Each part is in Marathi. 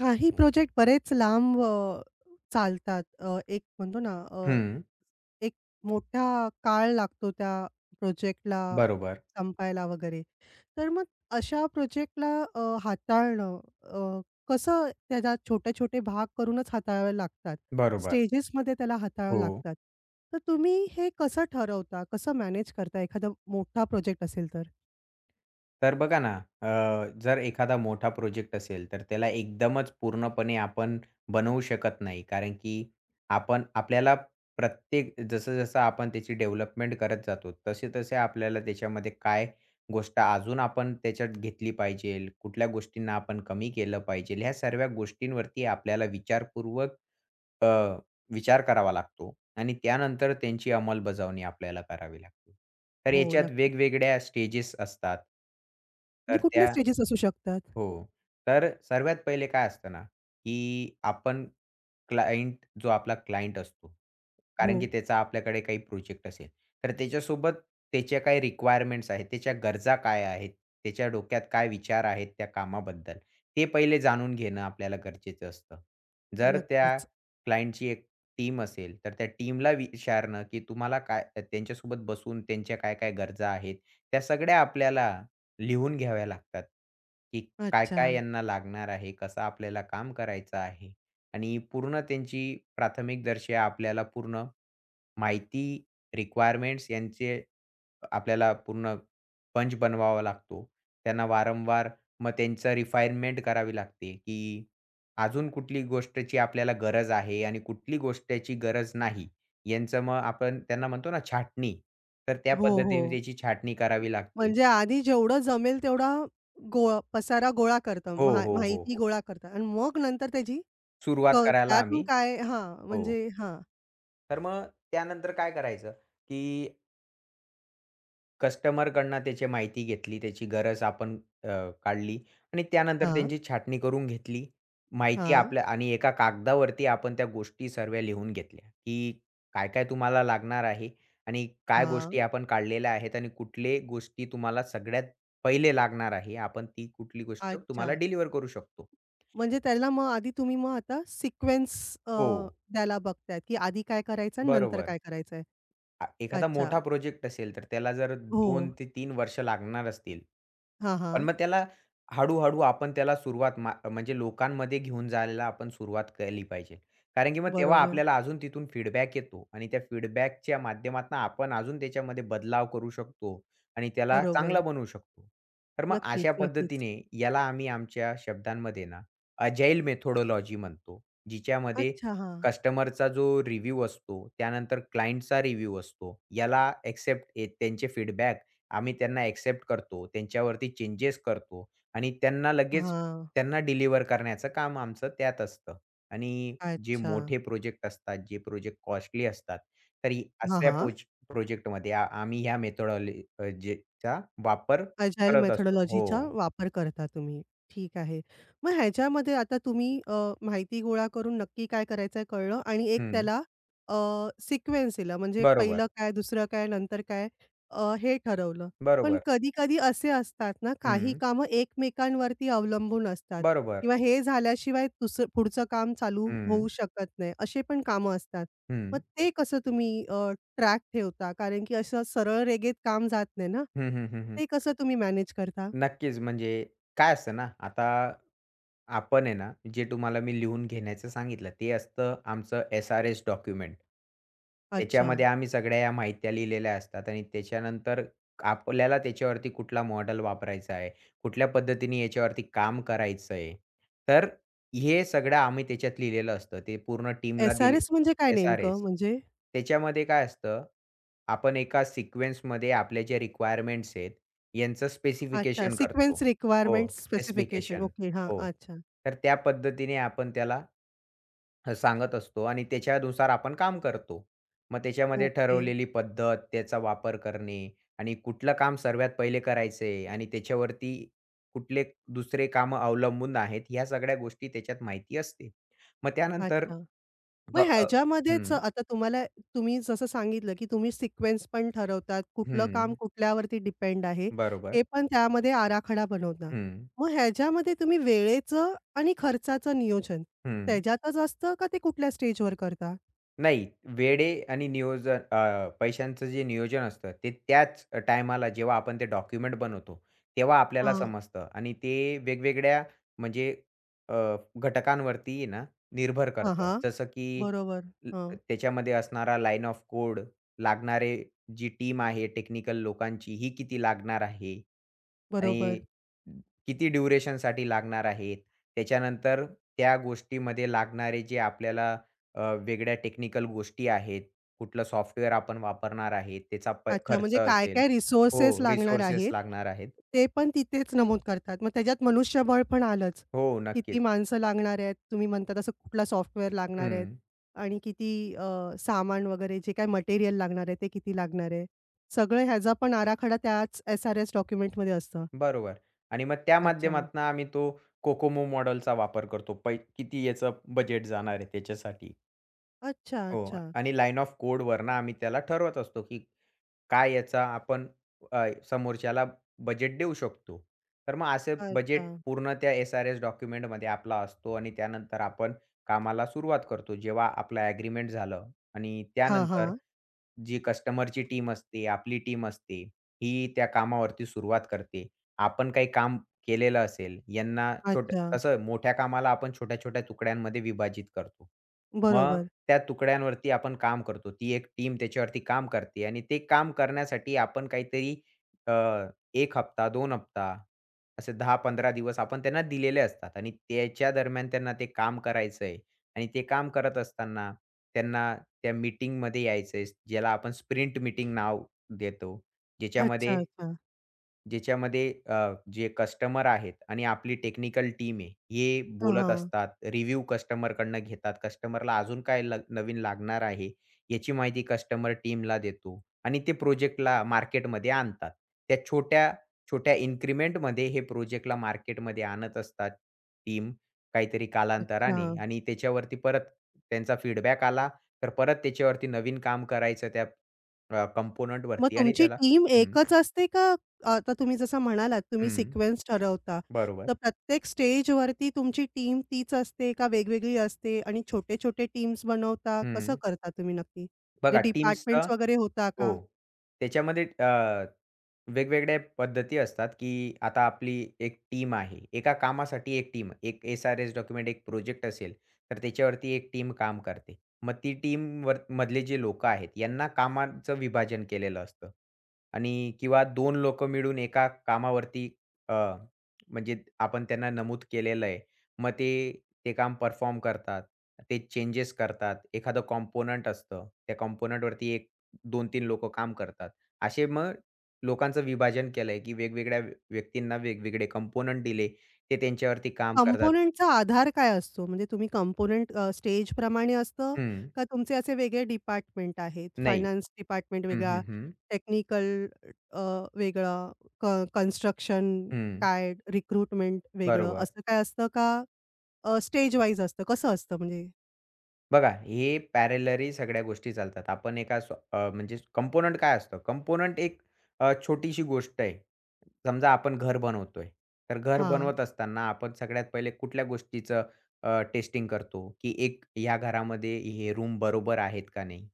काही प्रोजेक्ट बरेच लांब चालतात. एक म्हणतो ना हं. एक मोठा काळ लागतो त्या प्रोजेक्टला बरोबर, संपायला वगैरे. तर मग अशा प्रोजेक्टला हाताळणं कसं त्याला छोटे-छोटे भाग करूनच हाताळावे लागतात. बरोबर. स्टेजेसमध्ये त्याला हाताळावं हो. लागतात. तर तुम्ही हे कसं ठरवता? कसं मॅनेज करता एखादा मोठा प्रोजेक्ट असेल तर? तर बघा ना, जर एखादा मोठा प्रोजेक्ट असेल, तर त्याला एकदमच पूर्णपणे आपण बनवू शकत नाही. कारण की आपण आपल्याला प्रत्येक जसं-जसं आपण त्याची डेव्हलपमेंट करत जातो, तसे-तसे आपल्याला त्याच्यामध्ये काय गोष्ट अजून आपण त्याच्यात घेतली पाहिजेल, कुठल्या गोष्टींना आपण कमी केलं पाहिजेल, ह्या सर्व गोष्टींवरती आपल्याला विचारपूर्वक अ विचार करावा लागतो आणि त्यानंतर त्यांची अंमलबजावणी आपल्याला करावी लागते. तर हो, याच्यात नक्की. वेगवेगळ्या स्टेजेस असतात. म्हणजे तर कुठले त्या स्टेजेस असू शकतात? हो. तर सर्वात पहिले काय असतं ना, की आपण क्लायंट जो आपला क्लायंट असतो, हो, कारण की त्याचा आपल्याकडे काही प्रोजेक्ट असेल, तर त्याच्यासोबत त्याच्या काय रिक्वायरमेंट्स आहेत, त्याच्या गरजा काय आहेत, त्याच्या डोक्यात काय विचार आहेत त्या कामाबद्दल, ते पहिले जाणून घेणं आपल्याला गरजेचं असतं. जर त्या नक्कीच. क्लायंटची एक टीम असेल, तर त्या टीमला विचारणं, की तुम्हाला काय त्यांच्यासोबत बसून त्यांच्या काय-काय गरजा आहेत, त्या सगळ्या आपल्याला लिहून घ्याव्या लागतात, की अच्छा. काय-काय यांना लागणार आहे, कसं आपल्याला काम करायचं आहे आणि पूर्ण त्यांची प्राथमिकदर्शा आपल्याला पूर्ण माहिती, रिक्वायरमेंट्स यांचे आपल्याला पूर्ण पंच बनवावा लागतो. त्यांना वारंवार मग त्यांचं रिफाईनमेंट करावी लागते, की अजून कुठली गोष्टची आपल्याला गरज आहे आणि कुठली गोष्टची गरज नाही. यांचं मग आपण त्यांना म्हणतो ना छाटणी, तर त्या हो, हो. पद्धतीने त्याची छाटणी करावी लागते. म्हणजे आधी जेवढं जमेल तेवढा गो पसारा गोळा करतं. हो, हो, हो, माहिती हो. गोळा करतं आणि मग नंतर त्याची क सुरुवात करायला आम्ही त्यातून काय हां, हो. म्हणजे हां, तर मग त्यानंतर काय करायचं, की कस्टमरकडनं त्याची माहिती घेतली, त्याची गरज आपण अ, काढली आणि त्यानंतर हां, त्यांची छाटणी करून घेतली. माहिती हां, आपल्या आणि एका कागदावरती आपण त्या गोष्टी सर्व लिहून घेतल्या, की काय-काय तुम्हाला लागणार आहे आणि काय गोष्टी हां. आपण काढलेल्या आहेत आणि कुठले गोष्टी तुम्हाला सगळ्यात पहिले लागणार आहे. आपण ती कुठली गोष्ट तुम्हाला अच्छा. डिलिव्हर करू शकतो. म्हणजे त्याला मग आधी तुम्ही मग आता सिक्वेन्स अ, हो, द्यायला बघताय, की आधी काय करायचं आणि नंतर बरोबर. काय करायचंय. एखादा अच्छा. मोठा प्रोजेक्ट असेल, तर त्याला जर हो. 2 ते 3 वर्ष लागणार असतील, हां, पण हां. मग त्याला हळू-हळू आपण त्याला सुरुवात म्हणजे लोकांमध्ये घेऊन जायला आपण सुरुवात केली पाहिजे. कारण की मग तेव्हा बरोबर, आपल्याला अजून तिथून फीडबॅक येतो आणि त्या फीडबॅकच्या माध्यमातून आपण अजून त्याच्यामध्ये बदलाव करू शकतो आणि त्याला बरोबर. चांगला बनवू शकतो. तर मग नक्कीच, अशा नक्कीच. पद्धतीने याला आम्ही आमच्या शब्दांमध्ये ना अजाईल मेथोडॉलॉजी म्हणतो. जिच्यामध्ये अच्छा. हां. कस्टमरचा जो रिव्ह्यू असतो, त्यानंतर क्लायंटचा रिव्ह्यू असतो. याला एक्सेप्ट त्यांचे फीडबॅक आम्ही त्यांना एक्सेप्ट करतो. त्यांच्यावरती चेंजेस करतो आणि त्यांना लगेच हां. त्यांना डिलिव्हर करण्याचं काम आमचं त्यात असतं. आणि जे अच्छा. मोठे प्रोजेक्ट असतात, जे प्रोजेक्ट कॉस्टली असतात, तरी हां, असल्या हां. प्रोजेक्टमध्ये आम्ही ह्या मेथोडॉलॉजी वापर अजाईल करत असतो. हो. मेथोडॉलॉजीचा वापर करता तुम्ही. ठीक आहे. मग ह्याच्यामध्ये आता तुम्ही माहिती गोळा करून नक्की काय करायचंय कळलं आणि एक हं. त्याला अ, सिक्वेन्स दिला म्हणजे पहिलं बरोबर, काय, दुसरं काय, नंतर काय हे ठरवलं. पण बरोबर. कधी-कधी असे असतात ना, काही हं. कामं एकमेकांवरती अवलंबून असतात बरोबर. किंवा हे झाल्याशिवाय पुढचं काम चालू हं. होऊ शकत नाही. असे पण कामं असतात. मग हं. ते कसं तुम्ही ट्रॅक ठेवता? कारण की असं सरळ रेघेत काम जात नाही ना. हं, हं, हं, हं. ते कसं तुम्ही मॅनेज करता? नक्कीच. म्हणजे काय असतं ना, आता आपण आहे ना, जे तुम्हाला मी लिहून घेण्याचं सांगितलं, ते असतं आमचं एस-आर-एस डॉक्युमेंट. अच्छा. त्याच्यामध्ये आम्ही सगळ्या या माहित्या लिहिलेल्या असतात आणि त्याच्यानंतर आपल्याला त्याच्यावरती कुठला मॉडेल वापरायचा आहे, कुठल्या पद्धतीने याच्यावरती काम करायचं आहे. तर हे सगळं आम्ही त्याच्यात लिहिलेलं असतं. ते पूर्ण टीमला दिले एस-आर-एस म्हणजे काय नेमकं? एस-आर-एस. म्हणजे? त्याच्यामध्ये काय असतं, आपण एका सिक्वेन्समध्ये आपल्या ज्या रिक्वायरमेंट्स आहेत, यांचं अच्छा. स्पेसिफिकेशन करतो. सिक्वेन्स हो, रिक्वायरमेंट्स स्पेसिफिकेशन. स्पेसिफिकेशन. ओके. हां. हो. अच्छा. तर त्या पद्धतीने आपण त्याला सांगत असतो आणि त्याच्यानुसार आपण काम करतो. मग त्याच्यामध्ये ओके. ठरवलेली पद्धत, त्याचा वापर करणे आणि कुठलं काम सर्वात पहिले करायचंय आणि त्याच्यावरती कुठले दुसरे कामं अवलंबून आहेत, ह्या सगळ्या गोष्टी त्याच्यात माहिती असते. मग त्यानंतर अच्छा. ग मग अ, ह्याच्यामध्येच हं, आता तुम्हाला तुम्ही जसं सांगितलं, की तुम्ही सिक्वेन्स पण ठरवतात, कुठलं काम हं. कुठल्यावरती डिपेंड आहे, बरोबर. हे पण त्यामध्ये आराखडा बनवता. हं, मग ह्याच्यामध्ये तुम्ही वेळेचं आणि खर्चाचं नियोजन हं. त्याच्यातच असतं का ते कुठल्या स्टेजवर करता? नाही, वेळे आणि नियोजन पैशांचं जे नियोजन असतं, ते त्याच टायमाला जेव्हा आपण ते डॉक्युमेंट बनवतो, तेव्हा आपल्याला हां. समजतं आणि ते वेगवेगळ्या म्हणजे अ, घटकांवरती आहे ना, निर्भर हां, करतं. हां. जसं की बरोबर. हं. त्याच्यामध्ये असणारा लाईन ऑफ कोड, लागणारे जी टीम आहे टेक्निकल लोकांची, ही किती लागणार आहे आणि बरोबर. किती ड्युरेशनसाठी लागणार आहेत. त्याच्यानंतर त्या गोष्टीमध्ये लागणारे जे आपल्याला वेगळ्या टेक्निकल गोष्टी आहेत. कुठलं सॉफ्टवेअर आपण वापरणार आहे, त्याचा अच्छा, खर्च म्हणजे असेल. काय-काय रिसोर्सेस हो, लागणार रिसोर्सेस आहेत, लागणार आहेत. ते पण तिथेच नमूद करतात. मग त्याच्यात मनुष्यबळ पण आलंच. हो, किती नक्कीच. माणसं लागणार आहेत, तुम्ही म्हणता तसं कुठला सॉफ्टवेअर लागणार हं, आहेत आणि किती सामान वगैरे जे काही मटेरियल लागणार आहे, ते किती लागणार आहे. सगळं ह्याचा पण आराखडा त्याच एस-आर-एस डॉक्युमेंटमध्ये असतं. बरोबर. आणि मग त्या अच्छा. माध्यमातून आम्ही तो कोकोमो मॉडेलचा वापर करतो. किती याचं बजेट जाणार आहे त्याच्यासाठी. अच्छा, हो अच्छा. आणि लाईन ऑफ कोडवरनं आम्ही त्याला ठरवत असतो, की काय याचा आपण समोरच्याला बजेट देऊ शकतो. तर मग असे अच्छा. बजेट पूर्ण त्या एस-आर-एस डॉक्युमेंटमध्ये आपला असतो आणि त्यानंतर आपण कामाला सुरुवात करतो. जेव्हा आपलं ॲग्रीमेंट झालं आणि हां, त्यानंतर हां. जी कस्टमरची टीम असते, आपली टीम असते, ही त्या कामावरती सुरुवात करते. आपण काही काम केलेलं असेल, यांना छोट्या अच्छा. कसं मोठ्या कामाला आपण छोट्या-छोट्या तुकड्यांमध्ये विभाजित करतो. मग बरोबर. त्या तुकड्यांवरती आपण काम करतो. ती एक टीम त्याच्यावरती काम करते आणि ते काम करण्यासाठी आपण काहीतरी अ, 1 हप्ता, 2 हप्ता असे 10-15 दिवस आपण त्यांना दिलेले असतात आणि त्याच्या दरम्यान त्यांना ते काम करायचंय आणि ते काम करत असताना त्यांना त्या मीटिंगमध्ये यायचंय, ज्याला आपण स्प्रिंट मीटिंग नाव देतो. ज्याच्यामध्ये अच्छा, अच्छा. ज्याच्यामध्ये जे कस्टमर आहेत आणि आपली टेक्निकल टीम आहे, हे हां, बोलत हां. असतात. रिव्ह्यू कस्टमरकडनं घेतात. कस्टमरला अजून काय नवीन लागणार आहे, याची माहिती कस्टमर टीमला देतो आणि ते प्रोजेक्टला मार्केटमध्ये आणतात. त्या छोट्या-छोट्या इन्क्रिमेंटमध्ये हे प्रोजेक्टला मार्केटमध्ये आणत असतात टीम काहीतरी अच्छा. कालांतराने आणि त्याच्यावरती परत त्यांचा फीडबॅक आला, तर परत त्याच्यावरती नवीन काम करायचं त्या मग कंपोनंटवरती आणि तुमची त्याला टीम हं, एकच असते का आता तुम्ही जसं म्हणालात, तुम्ही हं. सिक्वेन्स ठरवता. बरोबर. तर प्रत्येक स्टेजवरती तुमची टीम तीच असते का वेगवेगळी असते आणि छोटे-छोटे टीम्स बनवता? कसं हं. करता तुम्ही नक्की? म्हणजे बघा टीम्सचा, डिपार्टमेंट्स वगैरे होता हो. का? त्याच्यामध्ये वेगवेगळ्या पद्धती असतात, की आता आपली एक टीम आहे. एका कामासाठी एक टीम, एक एस-आर-एस डॉक्युमेंट, एक प्रोजेक्ट असेल, तर त्याच्यावरती एक टीम काम करते. मग ती टीमवर मधले जे लोकं आहेत, यांना कामाचं विभाजन केलेलं असतं आणि किंवा 2 लोकं मिळून एका कामावरती अ, म्हणजे आपण त्यांना नमूद केलेलं आहे. मग ते, ते काम परफॉर्म करतात. ते चेंजेस करतात. एखादं कॉम्पोनंट असतं. त्या कॉम्पोनंटवरती 2-3 लोकं काम करतात. असे मग लोकांचं विभाजन केलंय, की वेगवेगळ्या व्यक्तींना वेगवेगळे कंपोनंट दिले. ते त्यांच्यावरती काम करतात. कंपोनेंटचा आधार काय असतो? म्हणजे तुम्ही कंपोनेंट स्टेजप्रमाणे असतं हं. का तुमचे असे वेगळे डिपार्टमेंट आहेत? नाही. फायनान्स डिपार्टमेंट हं, वेगळा, हं, हं. टेक्निकल अ, वेगळं, क कन्स्ट्रक्शन हं. काय, रिक्रुटमेंट वेगळं बरोबर. असं काय असतं का स्टेज वाईज असतं? कसं असतं म्हणजे? बघा, हे पॅरलली सगळ्या गोष्टी चालतात. आपण एका म्हणजे कंपोनंट काय असतं? कंपोनंट एक छोटीशी गोष्ट आहे. समजा आपण घर बनवतोय. तर घर हां. बनवत असताना आपण सगळ्यात पहिले कुठल्या गोष्टीचं टेस्टिंग करतो, की एक ह्या घरामध्ये हे रूम बरोबर आहेत का नाही?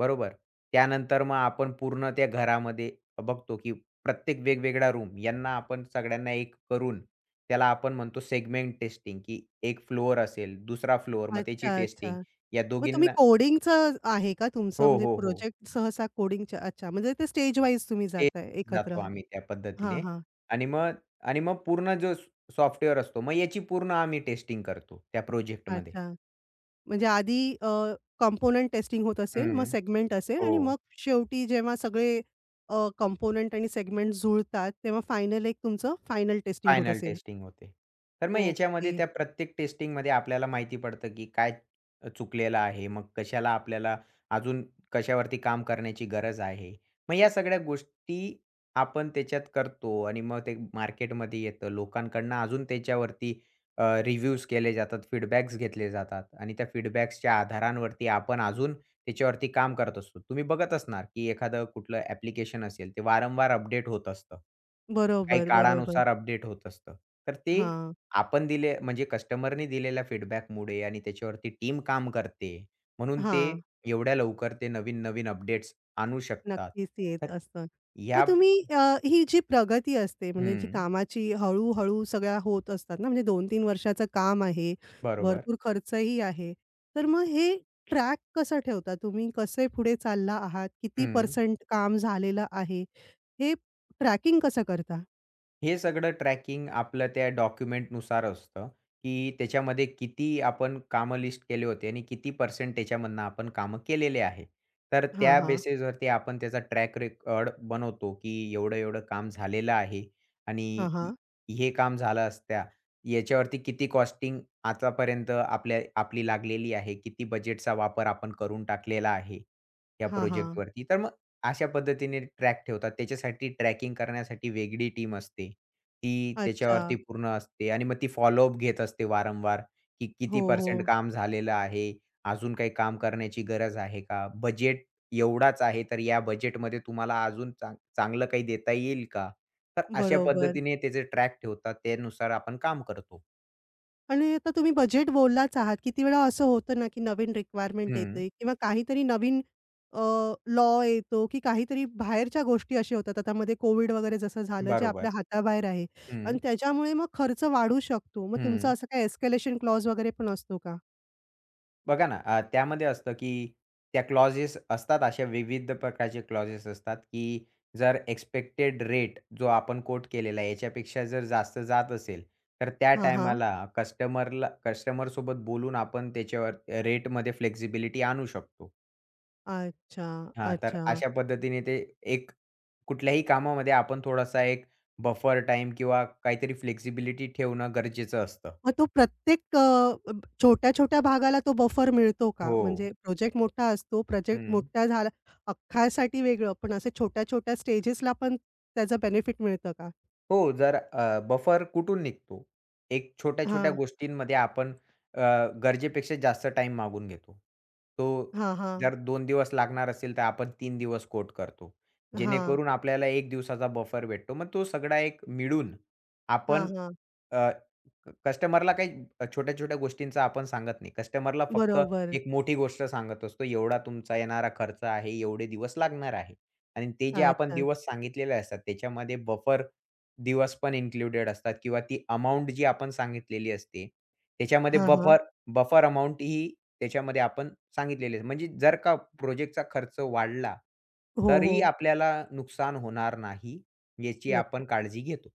बरोबर. त्यानंतर मग आपण पूर्ण त्या घरामध्ये बघतो, की प्रत्येक वेगवेगळा रूम यांना आपण सगळ्यांना एक करून त्याला आपण म्हणतो सेगमेंट टेस्टिंग, की एक फ्लोअर असेल, दुसरा फ्लोअर मग त्याची अच्छा, टेस्टिंग. अच्छा. या मग तुम्ही दोघींना कोडिंगचं आहे का तुमचं हो, म्हणजे हो, हो. प्रोजेक्ट सहसा कोडिंगच्या अच्छा म्हणजे ते स्टेज वाईज तुम्ही ते जाताय एकत्र. जातो आम्ही त्या हां, पद्धतीने हां. आणि मग पूर्ण जो सॉफ्टवेअर असतो, मग याची पूर्ण आम्ही टेस्टिंग करतो त्या प्रोजेक्टमध्ये. अच्छा. म्हणजे आधी कंपोनंट टेस्टिंग होत असेल, मग हं. सेगमेंट असेल आणि हो. मग शेवटी जेव्हा सगळे कंपोनंट आणि सेगमेंट जुळतात, तेव्हा फायनल एक तुमचं फायनल टेस्टिंग होत फायनल असेल. टेस्टिंग होते. तर मग ओके. याच्यामध्ये त्या प्रत्येक टेस्टिंगमध्ये आपल्याला माहिती पडतं, की काय चुकलेलं आहे. मग कशाला आपल्याला अजून कशावरती काम करण्याची गरज आहे. मग या सगळ्या गोष्टी आपण त्याच्यात करतो आणि मग ते मार्केटमध्ये येतं. लोकांकडनं अजून त्याच्यावरती रिव्ह्यूज केले जातात, फीडबॅक्स घेतले जातात आणि त्या फीडबॅक्सच्या आधारांवरती आपण अजून त्याच्यावरती काम करत असतो. तुम्ही बघत असणार, की एखादं कुठलं ॲप्लिकेशन असेल, ते वारंवार अपडेट होत असतं. काही बरोबर, बरोबर. काळानुसार अपडेट होत असतं. तर ते हां, आपण दिले म्हणजे कस्टमरनी दिलेल्या फीडबॅकमुळे आणि त्याच्यावरती टीम काम करते. म्हणून ते हां. एवढ्या लवकर ते नवीन-नवीन अपडेट्स आणू शकतात. नक्कीच तर येत असतं. मग या तुम्ही ही जी प्रगती असते म्हणजे जी हं. कामाची हळू सगळ्या होत असतात ना, म्हणजे 2-3 वर्षाचं काम आहे, बरोबर. भरपूर खर्चही आहे. तर मग हे ट्रॅक कसं ठेवता तुम्ही? कसे पुढे चालला आहात? किती हं. पर्सेंट काम झालेलं आहे? हे ट्रॅकिंग कसं करता? हे सगळं ट्रॅकिंग आपलं त्या डॉक्युमेंटनुसार असतं, की त्याच्यामध्ये किती आपण कामं लिस्ट केले होते आणि किती पर्सेंट त्याच्यामधनं आपण कामं केलेले आहे. तर हां, त्या हां. बेसिसवरती आपण त्याचा ट्रॅक रेकॉर्ड बनवतो, की एवढं-एवढं काम झालेलं आहे आणि हां, हां. हे काम झालं असत्या. याच्यावरती किती कॉस्टिंग आतापर्यंत आपल्या आपली लागलेली आहे, किती बजेटचा वापर आपण करून टाकलेला आहे, या हां, हां. प्रोजेक्टवरती. तर मग अशा पद्धतीने ट्रॅक ठेवतात. त्याच्यासाठी ट्रॅकिंग करण्यासाठी वेगळी टीम असते. ती अच्छा. त्याच्यावरती पूर्ण असते आणि मग ती फॉलोअप घेत असते वारंवार, की हो, किती पर्सेंट हो. काम झालेलं आहे? अजून काही काम करण्याची गरज आहे का? बजेट एवढाच आहे, तर या बजेटमध्ये तुम्हाला अजून चांगलं काही देता येईल का? तर अशा बरोबर. पद्धतीने त्याचे ट्रॅक ठेवतात. त्यानुसार आपण काम करतो. आणि आता तुम्ही बजेट बोललाच आहात. किती वेळा असं होतं ना, की नवीन रिक्वायरमेंट हं, येते किंवा काहीतरी नवीन लॉ येतो, की काहीतरी बाहेरच्या गोष्टी अशा होतात. आता मध्ये कोविड वगैरे जसं झालं, जे आपल्या बरोबर. हाताबाहेर आहे आणि हं, त्याच्यामुळे मग खर्च वाढू शकतो. मग तुमचा हं. असं काही एस्केलेशन क्लॉज वगैरे पण असतो का? बघा ना, त्यामध्ये असतं की त्या क्लॉजेस असतात अशा विविध प्रकारचे क्लॉजेस असतात, की जर एक्स्पेक्टेड रेट जो आपण कोट केलेला आहे याच्यापेक्षा जर जास्त जात असेल, तर त्या हां, हां. टायमाला कस्टमरसोबत बोलून आपण त्याच्यावर रेटमध्ये फ्लेक्सिबिलिटी आणू शकतो. अच्छा, हां, तर अच्छा. अशा पद्धतीने ते एक कुठल्याही कामामध्ये आपण थोडासा एक बफर टाईम किंवा काहीतरी फ्लेक्सिबिलिटी ठेवणं गरजेचं असतं. मग तो प्रत्येक छोट्या-छोट्या भागाला तो बफर मिळतो का? हो. म्हणजे प्रोजेक्ट मोठा असतो, प्रोजेक्ट हं. मोठा झाला अख्खासाठी वेगळं, पण असे छोट्या-छोट्या स्टेजेसला पण त्याचं बेनिफिट मिळतं का? हो, जर बफर कुठून निघतो? एक छोट्या-छोट्या हां. गोष्टींमध्ये आपण अ, गरजेपेक्षा जास्त टाइम मागून घेतो. तो हां, हां. जर 2 दिवस लागणार असेल, तर आपण 3 दिवस कोट करतो. हां. जेणेकरून आपल्याला 1 दिवसाचा बफर भेटतो. मग तो सगळा एक मिळून हां, आपण हां. अ, कस्टमरला काही छोट्या-छोट्या गोष्टींचा आपण सांगत नाही. कस्टमरला फक्त बरोबर. एक मोठी गोष्ट सांगत असतो. एवढा तुमचा येणारा खर्च आहे, एवढे दिवस लागणार आहे. आणि ते जे आपण अच्छा. दिवस सांगितलेले असतात त्याच्यामध्ये बफर दिवस पण इन्क्लुडेड असतात किंवा ती अमाउंट जी आपण सांगितलेली असते, त्याच्यामध्ये हां, हां. बफर बफर अमाउंट ही त्याच्यामध्ये आपण सांगितलेली आहे. म्हणजे जर का प्रोजेक्टचा खर्च वाढला, हो, तरी हो. आपल्याला नुकसान होणार नाही, याची नक्की. आपण काळजी घेतो.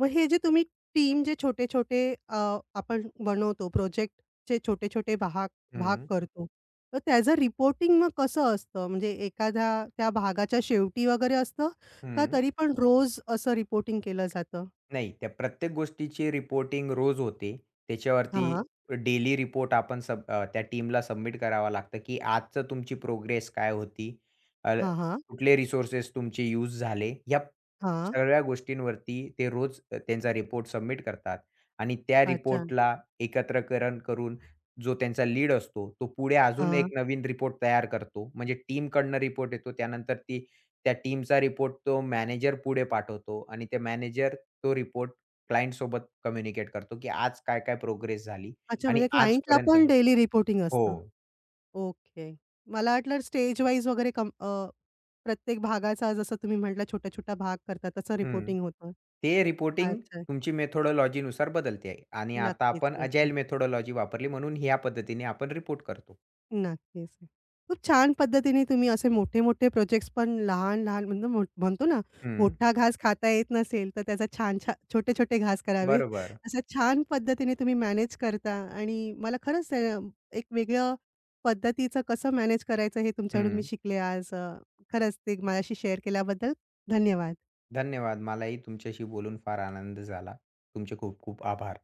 मग हे जे तुम्ही टीम जे छोटे-छोटे अ, आपण बनवतो प्रोजेक्टचे छोटे-छोटे भाग भाग हं, करतो. तर त्याचं रिपोर्टिंग मग कसं असतं? म्हणजे एखाद्या त्या भागाच्या शेवटी वगैरे असतं का हं. तरी पण रोज असं रिपोर्टिंग केलं जातं? नाही, त्या प्रत्येक गोष्टीची रिपोर्टिंग रोज होते. त्याच्यावरती हां, डेली रिपोर्ट आपण त्या टीमला सबमिट करावा लागतं, की आजचं तुमची प्रोग्रेस काय होती? अ, हां, हां, कुठले रिसोर्सेस तुमचे यूज झाले? या हां. सगळ्या गोष्टींवरती ते रोज त्यांचा रिपोर्ट सबमिट करतात आणि त्या अच्छा. रिपोर्टला एकत्रकरण करून जो त्यांचा लीड असतो, तो पुढे अजून हां. एक नवीन रिपोर्ट तयार करतो. म्हणजे टीमकडनं रिपोर्ट येतो. त्यानंतर ती त्या टीमचा रिपोर्ट तो मॅनेजर पुढे पाठवतो आणि ते मॅनेजर तो रिपोर्ट क्लायंट सोबत कम्युनिकेट करतो, की आज काय-काय प्रोग्रेस झाली अच्छा आणि म्हणजे क्लायंटला आजपर्यंत पण डेली रिपोर्टिंग असतं. हो. ओके. मला वाटलं स्टेज वाईज वगैरे प्रत्येक भागाचा जसं तुम्ही म्हटलं छोटा-छोटा भाग करता तसं हं. रिपोर्टिंग होतं. ते रिपोर्टिंग अच्छा. तुमची मेथोडॉलॉजीनुसार बदलते आहे आणि आता नक्कीच, आपण अजाईल नक्कीच. मेथोडॉलॉजी वापरली म्हणून ह्या पद्धतीने आपण रिपोर्ट करतो. नक्कीच. खूप छान पद्धतीने तुम्ही असे मोठे-मोठे प्रोजेक्ट्स पण लहान-लहान म्हणजे म्हणतो ना, हं. मोठा घास खाता येत नसेल, तर त्याचा छान-छान छोटे-छोटे घास करावे. बरोबर. असं छान पद्धतीने तुम्ही मॅनेज करता आणि मला खरंच एक वेगळं पद्धतीचं कसं मॅनेज करायचं हे तुमच्याकडून मी हं. शिकले आज. खरंच ते माझ्याशी शेअर केल्याबद्दल धन्यवाद. धन्यवाद. मलाही तुमच्याशी बोलून फार आनंद झाला. तुमचे खूप खूप आभार.